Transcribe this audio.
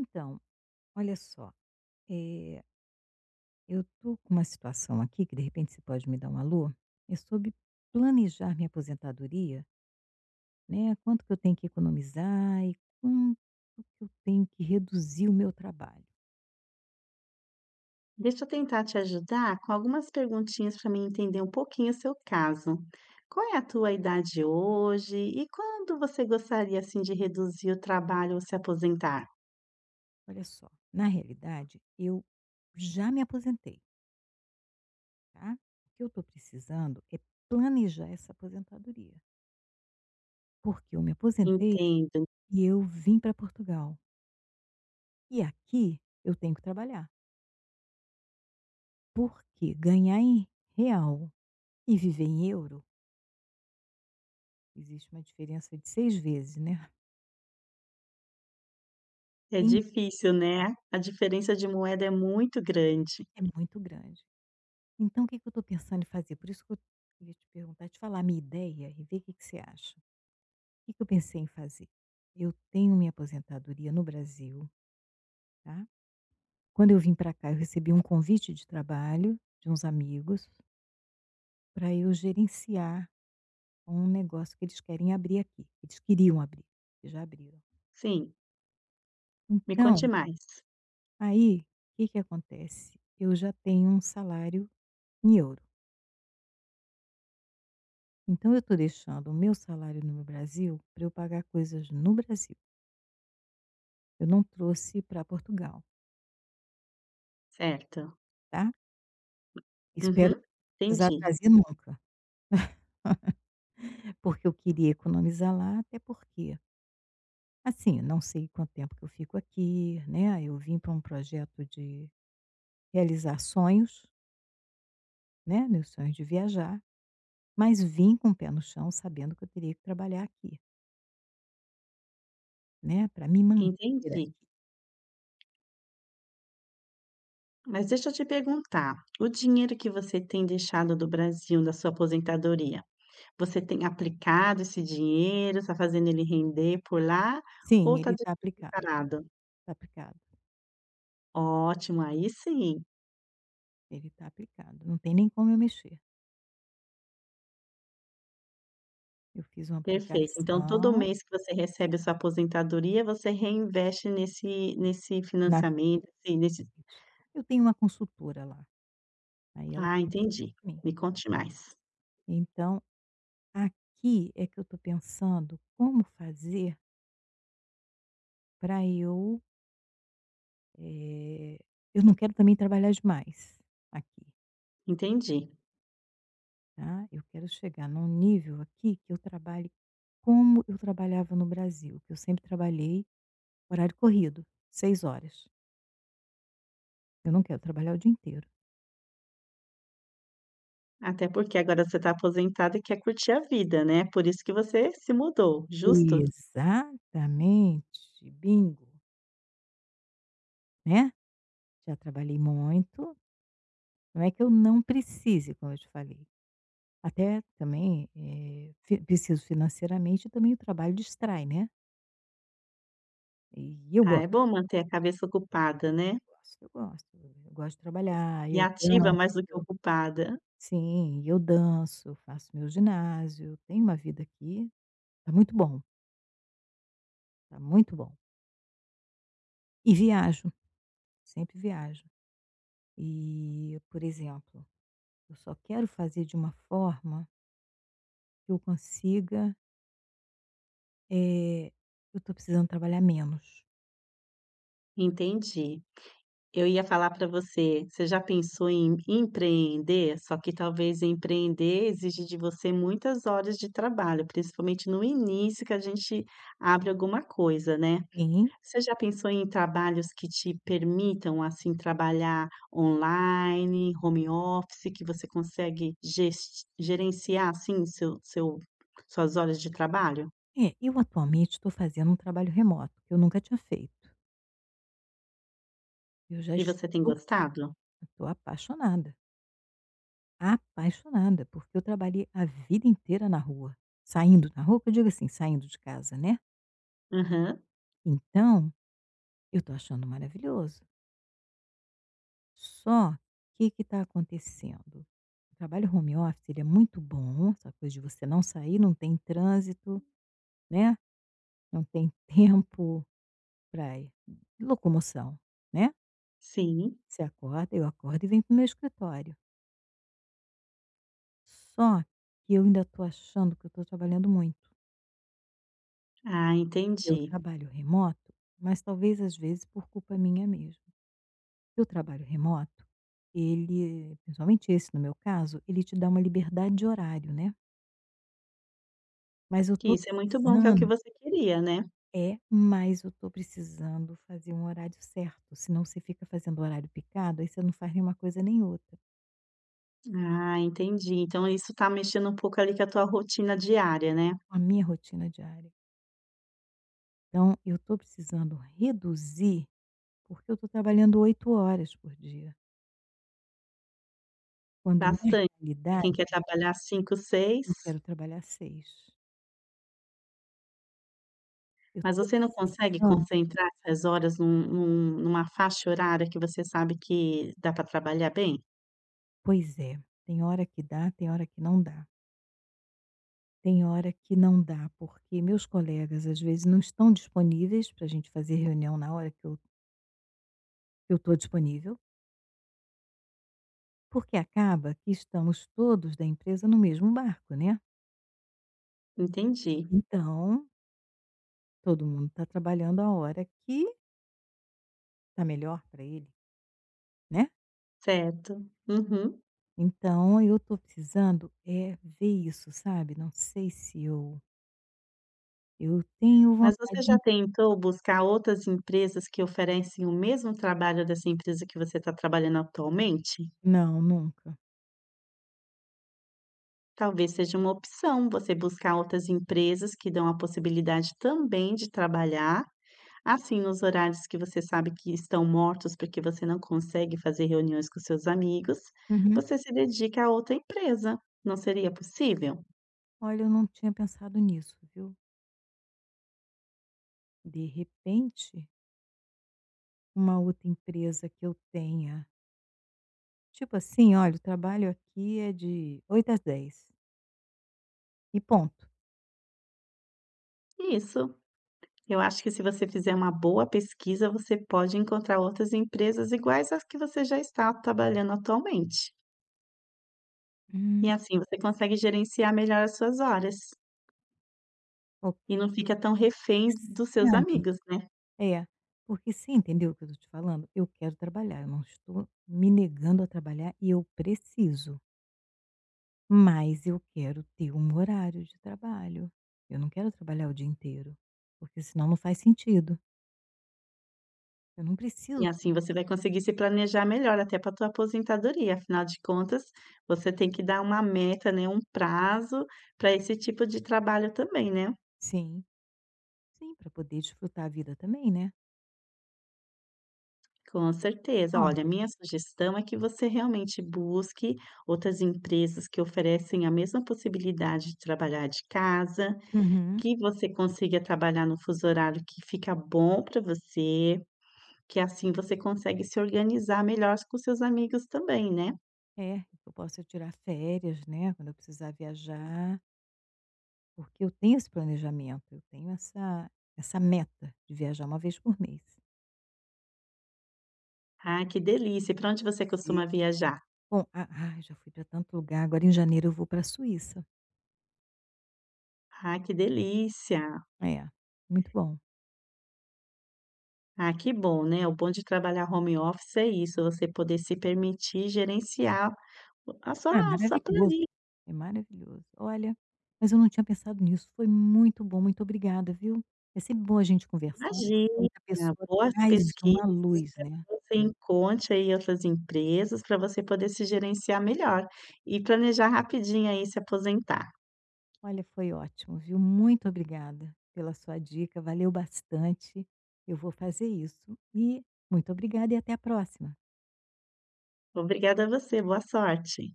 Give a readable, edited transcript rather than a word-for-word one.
Então, olha só, eh, eu tô com uma situação aqui que de repente você pode me dar um alô. É sobre planejar minha aposentadoria, né, quanto que eu tenho que economizar e quanto que eu tenho que reduzir o meu trabalho. Deixa eu tentar te ajudar com algumas perguntinhas para mim entender um pouquinho o seu caso. Qual é a tua idade hoje e quando você gostaria assim de reduzir o trabalho ou se aposentar? Olha só, na realidade eu já me aposentei, tá. O que eu tô precisando é planejar essa aposentadoria, porque eu me aposentei Entendo. e eu vim para Portugal. E aqui eu tenho que trabalhar, porque ganhar em real e viver em euro, existe uma diferença de 6 vezes, né. É Em difícil, né? A diferença de moeda é muito grande. é muito grande. Então o que que eu estou pensando em fazer? Por isso que eu ia te perguntar, te falar a minha ideia e ver o que que você acha. O Que que eu pensei em fazer? Eu tenho minha aposentadoria no Brasil, tá. Quando eu vim para cá, eu recebi um convite de trabalho de uns amigos para eu gerenciar um negócio que eles querem abrir aqui. Eles queriam abrir, e já abriram. Sim, me conte Então, mais. aí, o que que acontece? Eu já tenho um salário em euro. Então eu estou deixando o meu salário no Brasil para eu pagar coisas no Brasil. Eu não trouxe para Portugal, Certo. tá. Espero Uhum. não precisar Entendi, trazer nunca, porque eu queria economizar lá, até porque, assim, não sei quanto tempo que eu fico aqui, né. Eu vim para um projeto de realizar sonhos, né, meus sonhos de viajar, mas vim com o pé no chão sabendo que eu teria que trabalhar aqui, né, para me manter entendi. aqui. Mas deixa eu te perguntar, o dinheiro que você tem deixado do Brasil na sua aposentadoria, você tem aplicado esse dinheiro, está fazendo ele render por lá ou Sim, está ele parado? está aplicado, Ótimo, aí sim, ele está aplicado, não tem nem como eu mexer. Eu fiz uma perfeito. Então todo aplicação, mês que você recebe a sua aposentadoria, você reinveste nesse na financiamento, assim, aplicação. nesse. Eu tenho uma consultora lá, aí ela Ah, faz entendi. pra mim. Me conte mais. Então, aqui é que eu estou pensando como fazer para eh, eu não quero também trabalhar demais aqui, Entendi. tá. Eu quero chegar num nível aqui que eu trabalhe como eu trabalhava no Brasil, que eu sempre trabalhei horário corrido, 6 horas. Eu não quero trabalhar o dia inteiro. Até porque agora você está aposentado e quer curtir a vida, né, por isso que você se mudou, justo? Exatamente, bingo, né. Já trabalhei muito, não é que eu não precise, como eu te falei. Até também, eh, fi preciso financeiramente e também o trabalho distrai, né. E eu Ah, é gosto, bom manter a cabeça ocupada, né, eu gosto, eu gosto. Eu gosto de trabalhar, e eu ativa danço, mais do que ocupada. sim, eu danço, faço meu ginásio, tenho uma vida aqui, tá muito bom, tá muito bom. E viajo, sempre viajo. E, por exemplo, eu só quero fazer de uma forma que eu consiga, eh, eu tô precisando trabalhar menos. Entendi. Eu ia falar para você, você já pensou em empreender? Só que talvez empreender exige de você muitas horas de trabalho, principalmente no início que a gente abre alguma coisa, né. Sim. Você já pensou em trabalhos que te permitam, assim, trabalhar online, home office, que você consegue ges gerenciar, assim, seu suas horas de trabalho? É, eu atualmente estou fazendo um trabalho remoto, que eu nunca tinha feito. Eu já E você tem estou fa gostado? Estou apaixonada, apaixonada, porque eu trabalhei a vida inteira na rua, saindo na rua, que eu digo assim, saindo de casa, né. Aham. Então, eu estou achando maravilhoso. Só que o que está acontecendo? O trabalho home office, ele é muito bom, essa coisa de você não sair, não tem trânsito, né, não tem tempo para locomoção, né. Sim. Você acorda, eu acordo e venho para o meu escritório. Só que eu ainda estou achando que eu estou trabalhando muito. Ah, Eu entendi. trabalho remoto, mas talvez às vezes por culpa minha mesmo. Eu trabalho remoto, ele, principalmente esse no meu caso, ele te dá uma liberdade de horário, né? Mas eu Que estou isso é muito bom, que é o que precisando, você queria, né. é, mas eu estou precisando fazer um horário certo. Senão você fica fazendo horário picado, aí você não faz nenhuma coisa nem outra. Ah, entendi. Então isso tá mexendo um pouco ali com a tua rotina diária, né. A minha rotina diária. Então, eu estou precisando reduzir. Porque eu estou trabalhando 8 horas por dia, quando na Bastante, pra quem quer realidade trabalhar cinco, seis, eu quero trabalhar 6. Eu mas estou você não consegue precisando, concentrar essas horas num numa faixa horária que você sabe que dá para trabalhar bem? pois é, tem hora que dá, tem hora que não dá. Tem hora que não dá, porque meus colegas às vezes não estão disponíveis para a gente fazer reunião na hora que eu estou disponível, porque acaba que estamos todos da empresa no mesmo barco, né. Entendi, Então, todo mundo está trabalhando a hora que está melhor para ele, né. certo. Uhum. Então eu tô precisando é ver isso, sabe. Não sei se eu tenho Mas você já vontade. tentou buscar outras empresas que oferecem o mesmo trabalho dessa empresa que você está trabalhando atualmente? Não, nunca. Talvez seja uma opção você buscar outras empresas que dão a possibilidade também de trabalhar, assim, nos horários que você sabe que estão mortos, porque você não consegue fazer reuniões com seus amigos, Uhum. você se dedica a outra empresa. Não seria possível? Olha, eu não tinha pensado nisso, viu. De repente, uma outra empresa que eu tenha, tipo assim: "Olha, o trabalho aqui é de 8 às 10 e ponto". Isso. Eu acho que se você fizer uma boa pesquisa, você pode encontrar outras empresas iguais às que você já está trabalhando atualmente. Hum. E assim você consegue gerenciar melhor as suas horas e Porque não fica tão refém dos seus sabe amigos, né? é, porque você entendeu o que eu tô te falando? Eu quero trabalhar, eu não estou me negando a trabalhar e eu preciso. Mas eu quero ter um horário de trabalho. Eu não quero trabalhar o dia inteiro, porque senão não faz sentido. Eu não preciso E também. assim você vai conseguir se planejar melhor até para a tua aposentadoria, afinal de contas, você tem que dar uma meta, né, um prazo para esse tipo de trabalho também, né. Sim. Sim, para poder desfrutar a vida também, né. Com certeza. Olha, Olha, minha sugestão é que você realmente busque outras empresas que oferecem a mesma possibilidade de trabalhar de casa, uhum. que você consiga trabalhar no fuso horário que fica bom para você, que assim você consegue se organizar melhor com seus amigos também, né. É, eu posso tirar férias, né, quando eu precisar viajar, porque eu tenho esse planejamento, eu tenho essa meta de viajar uma vez por mês. Ah, que delícia. Para onde você Sim. costuma viajar? Bom, a Ai, já fui para tanto lugar, agora em janeiro eu vou para a Suíça. Ah, que delícia! É, muito bom. Ah, que bom, né. O bom de trabalhar home office é isso, você poder se permitir gerenciar a sua Ah, a sua maravilhoso. planilha. É maravilhoso. Olha, mas eu não tinha pensado nisso. Foi muito bom, muito obrigada, viu. É sempre bom a gente conversar, porque a outra Imagina, pessoa boas traz pesquisas, uma luz, espero né. que você encontre aí outras empresas para você poder se gerenciar melhor e planejar rapidinho aí se aposentar. Olha, foi ótimo, viu. Muito obrigada pela sua dica, valeu bastante. Eu vou fazer isso. E muito obrigada e até a próxima. Obrigada a você, boa sorte.